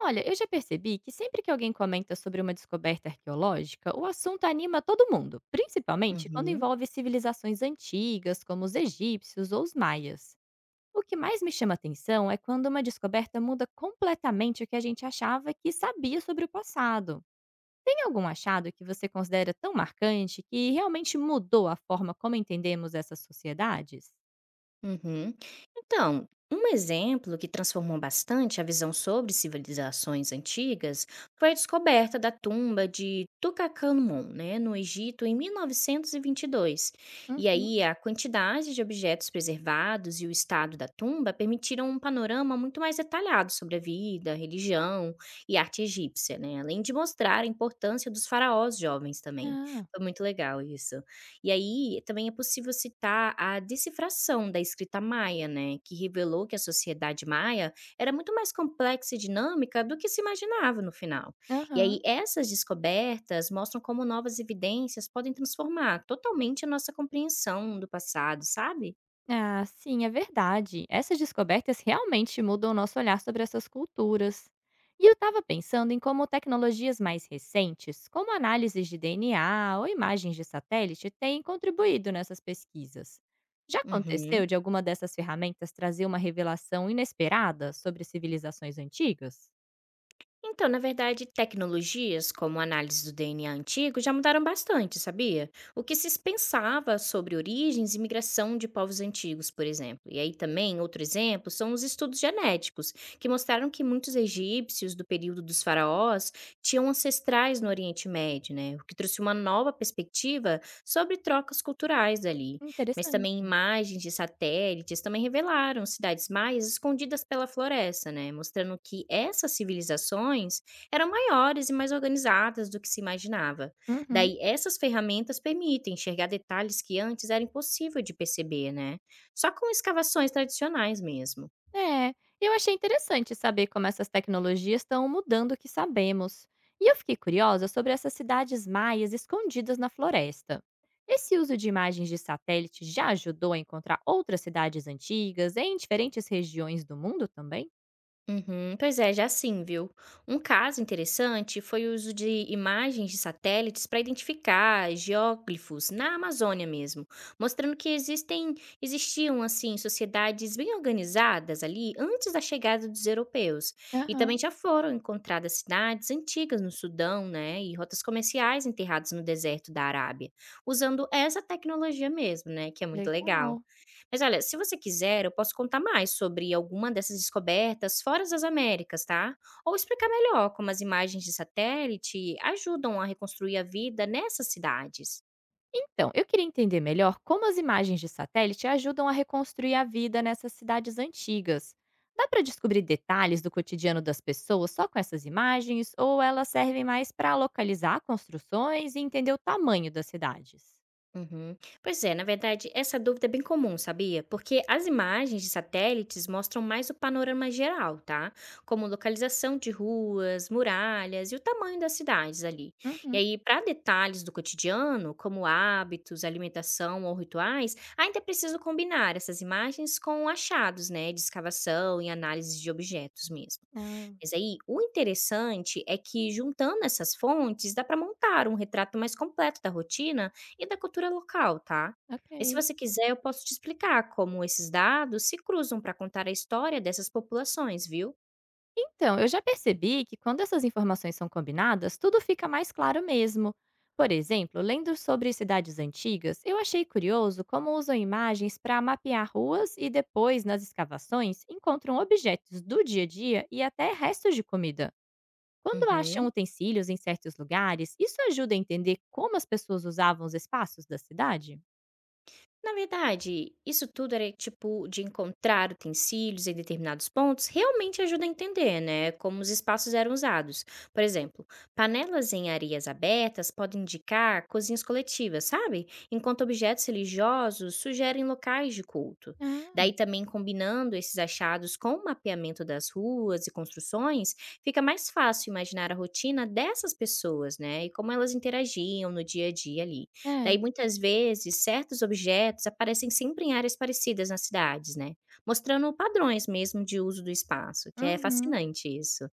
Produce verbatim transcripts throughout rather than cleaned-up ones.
Olha, eu já percebi que sempre que alguém comenta sobre uma descoberta arqueológica, o assunto anima todo mundo, principalmente quando Uhum, envolve civilizações antigas, como os egípcios ou os maias. O que mais me chama atenção é quando uma descoberta muda completamente o que a gente achava que sabia sobre o passado. Tem algum achado que você considera tão marcante que realmente mudou a forma como entendemos essas sociedades? uhum. Então, um exemplo que transformou bastante a visão sobre civilizações antigas foi a descoberta da tumba de Tutankhamon, né, no Egito, em mil novecentos e e vinte e dois. E Uhum. aí a quantidade de objetos preservados e o estado da tumba permitiram um panorama muito mais detalhado sobre a vida, religião e arte egípcia, né, além de mostrar a importância dos faraós jovens também. Ah, Foi muito legal isso. E aí, também é possível citar a decifração da escrita maia, né, que revelou que a sociedade maia era muito mais complexa e dinâmica do que se imaginava no final. E aí, aham. essas descobertas mostram como novas evidências podem transformar totalmente a nossa compreensão do passado, sabe? Ah, sim, é verdade. Essas descobertas realmente mudam o nosso olhar sobre essas culturas. E eu estava pensando em como tecnologias mais recentes, como análises de D N A ou imagens de satélite, têm contribuído nessas pesquisas. Já Uhum. aconteceu de alguma dessas ferramentas trazer uma revelação inesperada sobre civilizações antigas? Então, na verdade, tecnologias como análise do D N A antigo já mudaram bastante, sabia? O que se pensava sobre origens e migração de povos antigos, por exemplo. E aí também, outro exemplo, são os estudos genéticos, que mostraram que muitos egípcios do período dos faraós tinham ancestrais no Oriente Médio, né? O que trouxe uma nova perspectiva sobre trocas culturais ali, mas Interessante. também imagens de satélites também revelaram cidades maias escondidas pela floresta, né, mostrando que essas civilizações eram maiores e mais organizadas do que se imaginava. Uhum. Daí, essas ferramentas permitem enxergar detalhes que antes era impossível de perceber, né? Só com escavações tradicionais mesmo. É, eu achei interessante saber como essas tecnologias estão mudando o que sabemos. E eu fiquei curiosa sobre essas cidades maias escondidas na floresta. Esse uso de imagens de satélite já ajudou a encontrar outras cidades antigas em diferentes regiões do mundo também? Uhum, pois é, já sim, viu? Um caso interessante foi o uso de imagens de satélites para identificar geóglifos na Amazônia mesmo, mostrando que existem, existiam assim sociedades bem organizadas ali antes da chegada dos europeus. E Aham, também já foram encontradas cidades antigas no Sudão, né, e rotas comerciais enterradas no deserto da Arábia, usando essa tecnologia mesmo, né, que é muito legal. legal. Mas olha, se você quiser, eu posso contar mais sobre alguma dessas descobertas fora das Américas, tá? Ou explicar melhor como as imagens de satélite ajudam a reconstruir a vida nessas cidades. Então, eu queria entender melhor como as imagens de satélite ajudam a reconstruir a vida nessas cidades antigas. Dá para descobrir detalhes do cotidiano das pessoas só com essas imagens ou elas servem mais para localizar construções e entender o tamanho das cidades? Uhum. Pois é, na verdade, essa dúvida é bem comum, sabia? Porque as imagens de satélites mostram mais o panorama geral, tá? Como localização de ruas, muralhas e o tamanho das cidades ali. E Uhum. aí, para detalhes do cotidiano, como hábitos, alimentação ou rituais, ainda é preciso combinar essas imagens com achados, né, de escavação e análise de objetos mesmo. Ah, Mas aí, o interessante é que juntando essas fontes dá para montar um retrato mais completo da rotina e da cultura local, tá? E se ok. você quiser, eu posso te explicar como esses dados se cruzam para contar a história dessas populações, viu? Então, eu já percebi que quando essas informações são combinadas, tudo fica mais claro mesmo. Por exemplo, lendo sobre cidades antigas, eu achei curioso como usam imagens para mapear ruas e depois, nas escavações, encontram objetos do dia a dia e até restos de comida. Quando acham Uhum. utensílios em certos lugares, isso ajuda a entender como as pessoas usavam os espaços da cidade? Na verdade, isso tudo era tipo de encontrar utensílios em determinados pontos realmente ajuda a entender, né, como os espaços eram usados. Por exemplo, panelas em areias abertas podem indicar cozinhas coletivas, sabe? Enquanto objetos religiosos sugerem locais de culto. Daí Ah, também combinando esses achados com o mapeamento das ruas e construções, fica mais fácil imaginar a rotina dessas pessoas, né, e como elas interagiam no dia a dia ali. é. Daí, muitas vezes, certos objetos aparecem sempre em áreas parecidas nas cidades, né? Mostrando padrões mesmo de uso do espaço, que é Uhum. fascinante isso.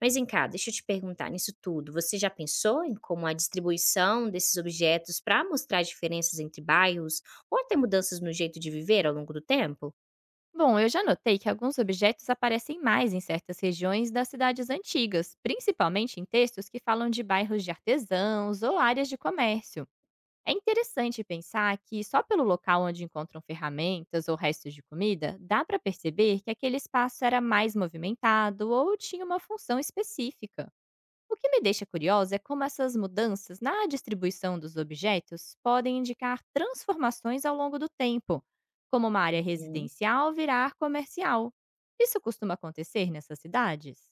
Mas vem cá, deixa eu te perguntar nisso tudo. Você já pensou em como a distribuição desses objetos para mostrar diferenças entre bairros ou até mudanças no jeito de viver ao longo do tempo? Bom, eu já notei que alguns objetos aparecem mais em certas regiões das cidades antigas, principalmente em textos que falam de bairros de artesãos ou áreas de comércio. É interessante pensar que só pelo local onde encontram ferramentas ou restos de comida, dá para perceber que aquele espaço era mais movimentado ou tinha uma função específica. O que me deixa curiosa é como essas mudanças na distribuição dos objetos podem indicar transformações ao longo do tempo, como uma área Uhum. residencial virar comercial. Isso costuma acontecer nessas cidades?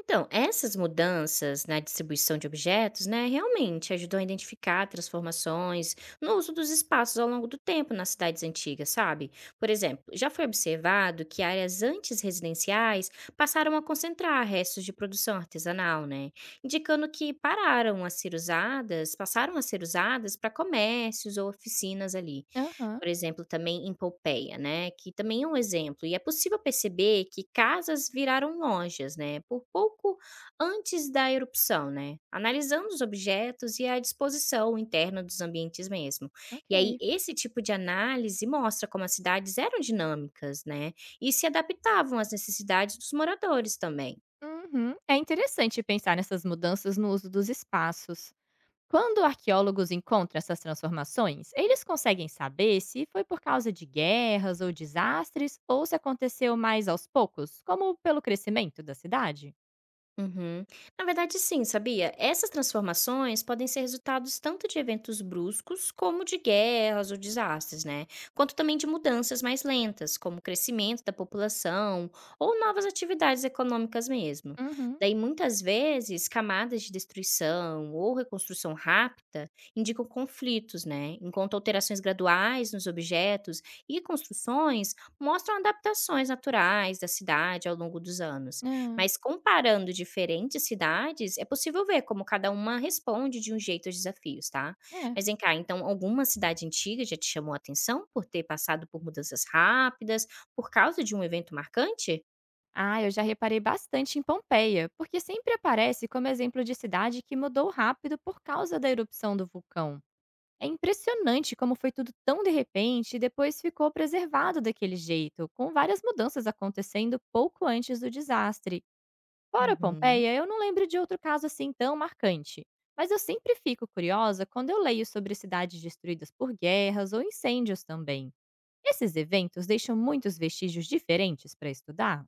Então, essas mudanças na distribuição de objetos, né, realmente ajudou a identificar transformações no uso dos espaços ao longo do tempo nas cidades antigas, sabe? Por exemplo, já foi observado que áreas antes residenciais passaram a concentrar restos de produção artesanal, né, indicando que pararam a ser usadas, passaram a ser usadas para comércios ou oficinas ali. Aham, Por exemplo, também em Pompeia, né, que também é um exemplo. E é possível perceber que casas viraram lojas, né, por pouco antes da erupção, né, analisando os objetos e a disposição interna dos ambientes mesmo. E aí ok. esse tipo de análise mostra como as cidades eram dinâmicas, né, e se adaptavam às necessidades dos moradores também. Uhum. É interessante pensar nessas mudanças no uso dos espaços. Quando arqueólogos encontram essas transformações, eles conseguem saber se foi por causa de guerras ou desastres ou se aconteceu mais aos poucos, como pelo crescimento da cidade? Uhum. Na verdade, sim, sabia? Essas transformações podem ser resultados tanto de eventos bruscos, como de guerras ou desastres, né? Quanto também de mudanças mais lentas, como o crescimento da população ou novas atividades econômicas mesmo. Uhum. Daí, muitas vezes, camadas de destruição ou reconstrução rápida indicam conflitos, né? Enquanto alterações graduais nos objetos e construções mostram adaptações naturais da cidade ao longo dos anos. Hã. Mas comparando diferentes cidades, é possível ver como cada uma responde de um jeito aos desafios, tá? É. Mas vem cá, então alguma cidade antiga já te chamou a atenção por ter passado por mudanças rápidas, por causa de um evento marcante? Ah, eu já reparei bastante em Pompeia, porque sempre aparece como exemplo de cidade que mudou rápido por causa da erupção do vulcão. É impressionante como foi tudo tão de repente e depois ficou preservado daquele jeito, com várias mudanças acontecendo pouco antes do desastre. Fora Uhum. Pompeia, eu não lembro de outro caso assim tão marcante. Mas eu sempre fico curiosa quando eu leio sobre cidades destruídas por guerras ou incêndios também. Esses eventos deixam muitos vestígios diferentes para estudar?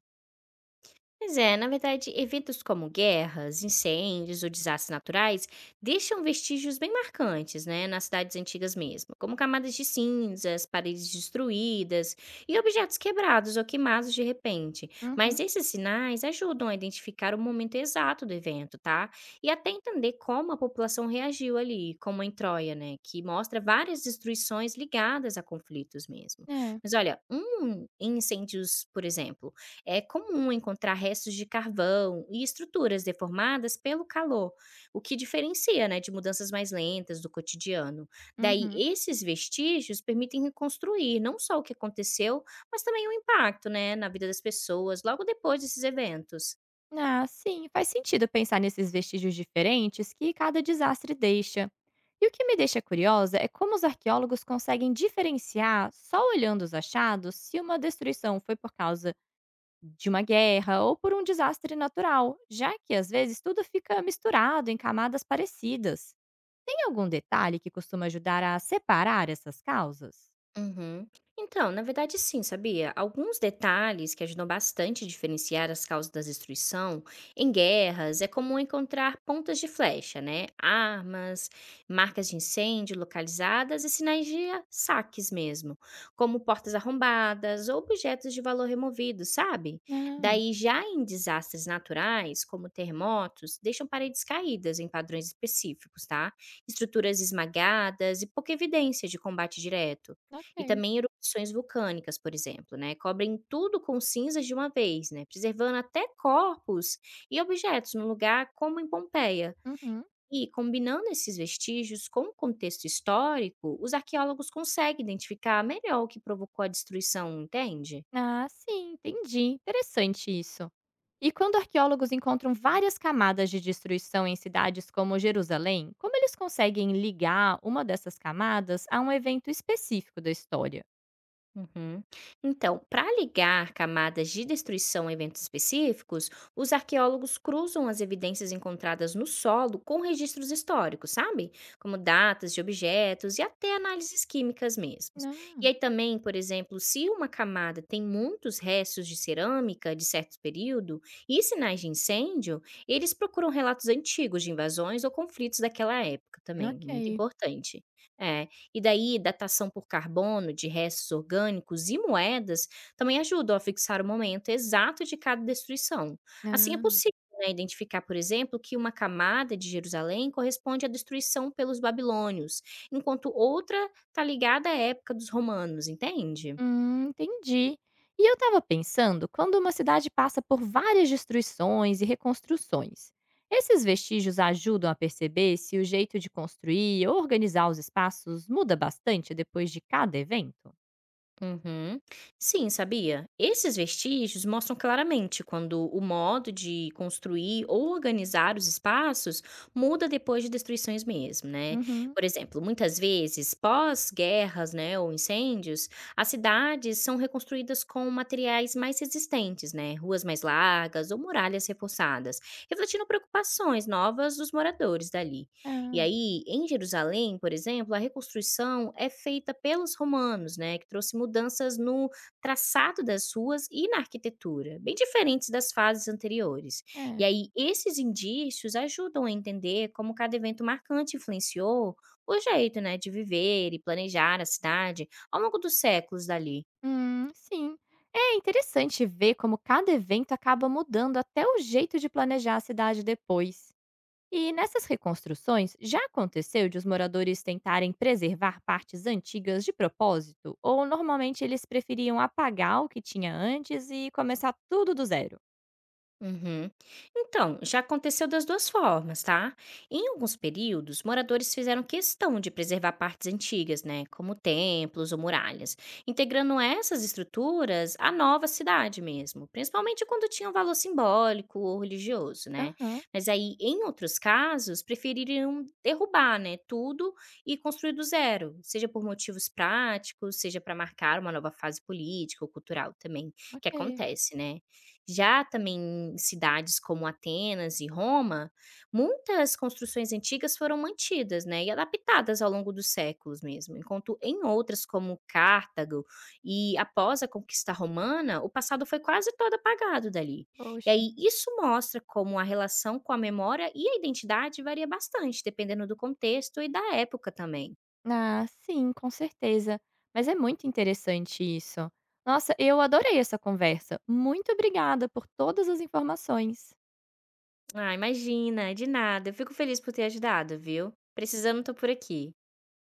Pois é, na verdade, eventos como guerras, incêndios ou desastres naturais deixam vestígios bem marcantes, né, nas cidades antigas mesmo, como camadas de cinzas, paredes destruídas e objetos quebrados ou queimados de repente. Mas Uhum, esses sinais ajudam a identificar o momento exato do evento, tá? E até entender como a população reagiu ali, como em Troia, né, que mostra várias destruições ligadas a conflitos mesmo. é. Mas olha, um incêndios, por exemplo, é comum encontrar restos de carvão e estruturas deformadas pelo calor, o que diferencia, né, de mudanças mais lentas do cotidiano. Daí, Uhum. esses vestígios permitem reconstruir não só o que aconteceu, mas também o impacto, né, na vida das pessoas logo depois desses eventos. Ah, sim, faz sentido pensar nesses vestígios diferentes que cada desastre deixa. E o que me deixa curiosa é como os arqueólogos conseguem diferenciar, só olhando os achados, se uma destruição foi por causa de uma guerra ou por um desastre natural, já que às vezes tudo fica misturado em camadas parecidas. Tem algum detalhe que costuma ajudar a separar essas causas? Uhum. Então, na verdade, sim, sabia? Alguns detalhes que ajudam bastante a diferenciar as causas da destruição em guerras é comum encontrar pontas de flecha, né? Armas, marcas de incêndio localizadas e sinais de a- saques mesmo, como portas arrombadas ou objetos de valor removidos, sabe? Ah, Daí, já em desastres naturais, como terremotos, deixam paredes caídas em padrões específicos, tá? Estruturas esmagadas e pouca evidência de combate direto. E ok. também erupções vulcânicas, por exemplo, né? Cobrem tudo com cinzas de uma vez, né? Preservando até corpos e objetos no lugar, como em Pompeia. Uhum. E combinando esses vestígios com o contexto histórico, os arqueólogos conseguem identificar melhor o que provocou a destruição, entende? Ah, sim, entendi. Interessante isso. E quando arqueólogos encontram várias camadas de destruição em cidades como Jerusalém, como eles conseguem ligar uma dessas camadas a um evento específico da história? Uhum. Então, para ligar camadas de destruição a eventos específicos, os arqueólogos cruzam as evidências encontradas no solo com registros históricos, sabe? Como datas de objetos e até análises químicas mesmos. E Ah, aí também, por exemplo, se uma camada tem muitos restos de cerâmica de certo período e sinais de incêndio, eles procuram relatos antigos de invasões ou conflitos daquela época também. Muito ok. importante. É, e daí, datação por carbono de restos orgânicos e moedas também ajudam a fixar o momento exato de cada destruição. Assim, é Ah, possível, né, identificar, por exemplo, que uma camada de Jerusalém corresponde à destruição pelos babilônios, enquanto outra está ligada à época dos romanos, entende? hum, entendi. E eu estava pensando, quando uma cidade passa por várias destruições e reconstruções, esses vestígios ajudam a perceber se o jeito de construir ou organizar os espaços muda bastante depois de cada evento? Uhum. Sim, sabia? Esses vestígios mostram claramente quando o modo de construir ou organizar os espaços muda depois de destruições mesmo, né? Uhum. Por exemplo, muitas vezes, pós-guerras, né, ou incêndios, as cidades são reconstruídas com materiais mais resistentes, né? Ruas mais largas ou muralhas reforçadas, refletindo preocupações novas dos moradores dali. E É, aí, em Jerusalém, por exemplo, a reconstrução é feita pelos romanos, né, que trouxe mudanças no traçado das ruas e na arquitetura, bem diferentes das fases anteriores. E é. aí, esses indícios ajudam a entender como cada evento marcante influenciou o jeito, né, de viver e planejar a cidade ao longo dos séculos dali. Hum, sim. É interessante ver como cada evento acaba mudando até o jeito de planejar a cidade depois. E nessas reconstruções, já aconteceu de os moradores tentarem preservar partes antigas de propósito? Ou normalmente eles preferiam apagar o que tinha antes e começar tudo do zero? Uhum. Então, já aconteceu das duas formas, tá? Em alguns períodos, moradores fizeram questão de preservar partes antigas, né? Como templos ou muralhas, integrando essas estruturas à nova cidade mesmo, principalmente quando tinham valor simbólico ou religioso, né? Aham, Mas aí, em outros casos, preferiram derrubar, né? Tudo e construir do zero, seja por motivos práticos, seja para marcar uma nova fase política ou cultural também, que ok. acontece, né? Já também em cidades como Atenas e Roma, muitas construções antigas foram mantidas, né, e adaptadas ao longo dos séculos mesmo, enquanto em outras, como Cartago e após a conquista romana, o passado foi quase todo apagado dali. E Poxa. aí isso mostra como a relação com a memória e a identidade varia bastante, dependendo do contexto e da época também. Ah, sim, com certeza. Mas é muito interessante isso. Nossa, eu adorei essa conversa. Muito obrigada por todas as informações. Ah, imagina, de nada. Eu fico feliz por ter ajudado, viu? Precisando, tô por aqui.